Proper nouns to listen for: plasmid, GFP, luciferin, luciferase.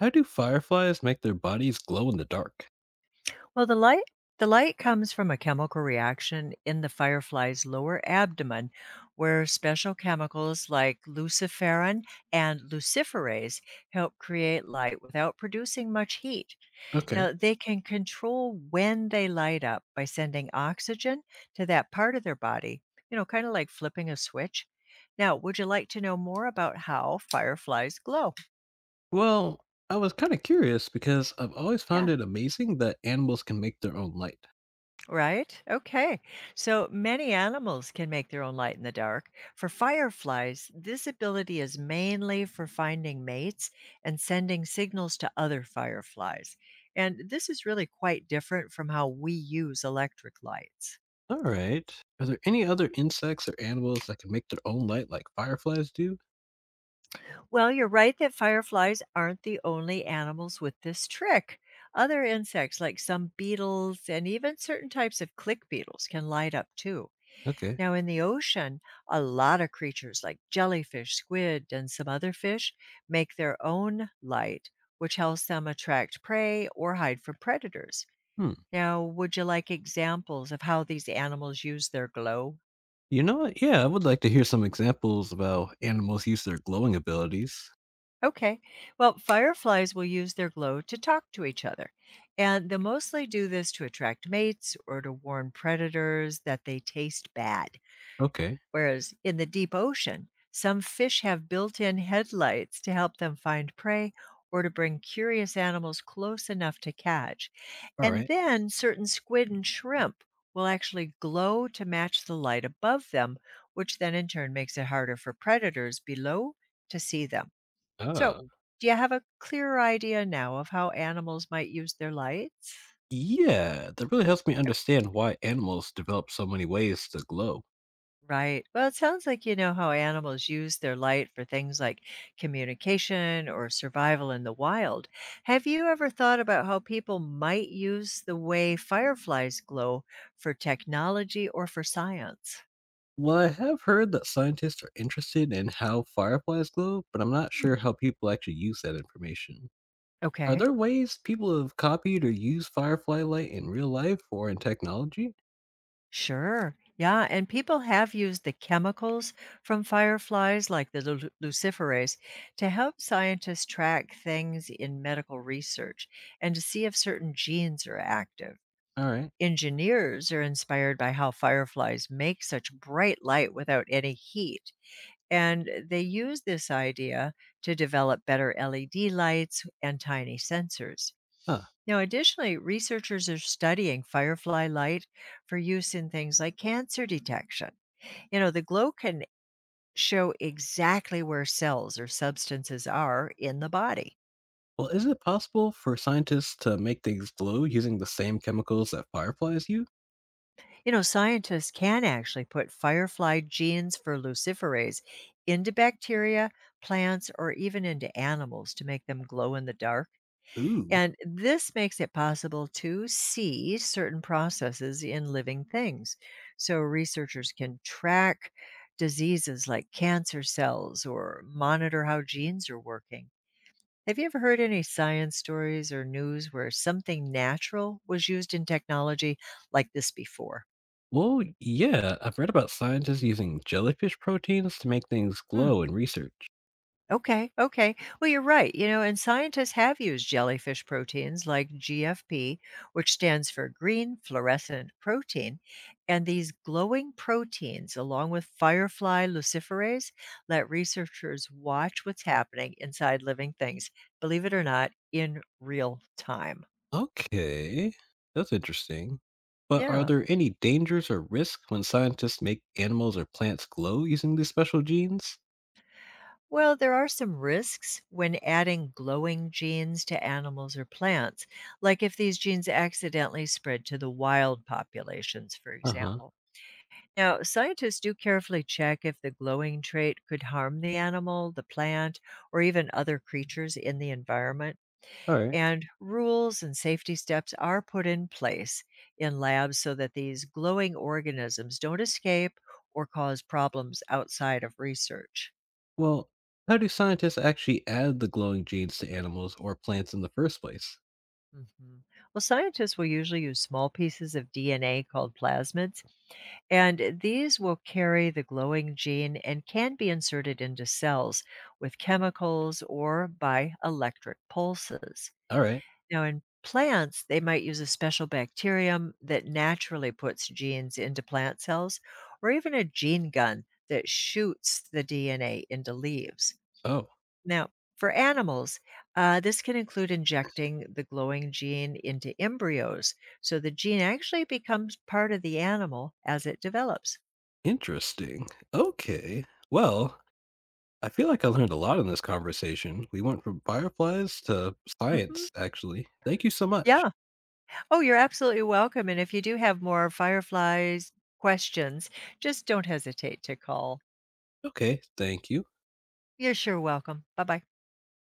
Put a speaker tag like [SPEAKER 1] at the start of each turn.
[SPEAKER 1] How do fireflies make their bodies glow in the dark?
[SPEAKER 2] Well, the light comes from a chemical reaction in the firefly's lower abdomen where special chemicals like luciferin and luciferase help create light without producing much heat.
[SPEAKER 1] Okay.
[SPEAKER 2] Now, they can control when they light up by sending oxygen to that part of their body, you know, kind of like flipping a switch. Now, would you like to know more about how fireflies glow?
[SPEAKER 1] Well, I was kind of curious because I've always found
[SPEAKER 2] Yeah.
[SPEAKER 1] it amazing that animals can make their own light.
[SPEAKER 2] Right? Okay. So many animals can make their own light in the dark. For fireflies, this ability is mainly for finding mates and sending signals to other fireflies. And this is really quite different from how we use electric lights.
[SPEAKER 1] All right. Are there any other insects or animals that can make their own light like fireflies do?
[SPEAKER 2] Well, you're right that fireflies aren't the only animals with this trick. Other insects, like some beetles and even certain types of click beetles, can light up too.
[SPEAKER 1] Okay.
[SPEAKER 2] Now, in the ocean, a lot of creatures like jellyfish, squid, and some other fish make their own light, which helps them attract prey or hide from predators.
[SPEAKER 1] Hmm.
[SPEAKER 2] Now, would you like examples of how these animals use their glow?
[SPEAKER 1] You know what? Yeah, I would like to hear some examples of how animals use their glowing abilities.
[SPEAKER 2] Okay. Well, fireflies will use their glow to talk to each other. And they mostly do this to attract mates or to warn predators that they taste bad.
[SPEAKER 1] Okay.
[SPEAKER 2] Whereas in the deep ocean, some fish have built in headlights to help them find prey or to bring curious animals close enough to catch.
[SPEAKER 1] All
[SPEAKER 2] And
[SPEAKER 1] right.
[SPEAKER 2] then certain squid and shrimp will actually glow to match the light above them, which then in turn makes it harder for predators below to see them. So,
[SPEAKER 1] Uh,
[SPEAKER 2] do you have a clearer idea now of how animals might use their lights?
[SPEAKER 1] yeah, that really helps me understand why animals develop so many ways to glow.
[SPEAKER 2] Right. Well, it sounds like you know how animals use their light for things like communication or survival in the wild. Have you ever thought about how people might use the way fireflies glow for technology or for science?
[SPEAKER 1] Well, I have heard that scientists are interested in how fireflies glow, but I'm not
[SPEAKER 2] Hmm.
[SPEAKER 1] sure how people actually use that information. Are
[SPEAKER 2] Okay.
[SPEAKER 1] there ways people have copied or used firefly light in real life or in technology?
[SPEAKER 2] Sure. Yeah. And people have used the chemicals from fireflies, like the luciferase, to help scientists track things in medical research and to see if certain genes are active.
[SPEAKER 1] All right.
[SPEAKER 2] Engineers are inspired by how fireflies make such bright light without any heat. And they use this idea to develop better LED lights and tiny sensors.
[SPEAKER 1] Huh.
[SPEAKER 2] Now, additionally, researchers are studying firefly light for use in things like cancer detection. The glow can show exactly where cells or substances are in the body.
[SPEAKER 1] Well, is it possible for scientists to make things glow using the same chemicals that fireflies use?
[SPEAKER 2] Scientists can actually put firefly genes for luciferase into bacteria, plants, or even into animals to make them glow in the dark.
[SPEAKER 1] Ooh.
[SPEAKER 2] And this makes it possible to see certain processes in living things. So researchers can track diseases like cancer cells or monitor how genes are working. Have you ever heard any science stories or news where something natural was used in technology like this before?
[SPEAKER 1] Well, yeah, I've read about scientists using jellyfish proteins to make things
[SPEAKER 2] Hmm.
[SPEAKER 1] glow in research.
[SPEAKER 2] Okay, okay. Well, you're right. And scientists have used jellyfish proteins like GFP, which stands for green fluorescent protein. And these glowing proteins, along with firefly luciferase, let researchers watch what's happening inside living things, believe it or not, in real time.
[SPEAKER 1] Okay, that's interesting. But are
[SPEAKER 2] Yeah.
[SPEAKER 1] there any dangers or risks when scientists make animals or plants glow using these special genes?
[SPEAKER 2] Well, there are some risks when adding glowing genes to animals or plants, like if these genes accidentally spread to the wild populations, for
[SPEAKER 1] Uh huh.
[SPEAKER 2] example. Now, scientists do carefully check if the glowing trait could harm the animal, the plant, or even other creatures in the environment.
[SPEAKER 1] All right.
[SPEAKER 2] And rules and safety steps are put in place in labs so that these glowing organisms don't escape or cause problems outside of research.
[SPEAKER 1] Well, how do scientists actually add the glowing genes to animals or plants in the first place?
[SPEAKER 2] Mhm. Well, scientists will usually use small pieces of DNA called plasmids, and these will carry the glowing gene and can be inserted into cells with chemicals or by electric pulses.
[SPEAKER 1] All right.
[SPEAKER 2] Now, in plants, they might use a special bacterium that naturally puts genes into plant cells, or even a gene gun that shoots the DNA into leaves.
[SPEAKER 1] Oh,
[SPEAKER 2] Now, for animals, this can include injecting the glowing gene into embryos. So the gene actually becomes part of the animal as it develops.
[SPEAKER 1] interesting. Okay. Well, I feel like I learned a lot in this conversation. We went from fireflies to
[SPEAKER 2] hmm
[SPEAKER 1] science, actually. Thank you so much.
[SPEAKER 2] Yeah. Oh, you're absolutely welcome. And if you do have more fireflies questions, just don't hesitate to call.
[SPEAKER 1] Okay, thank you.
[SPEAKER 2] You're sure welcome. Bye bye.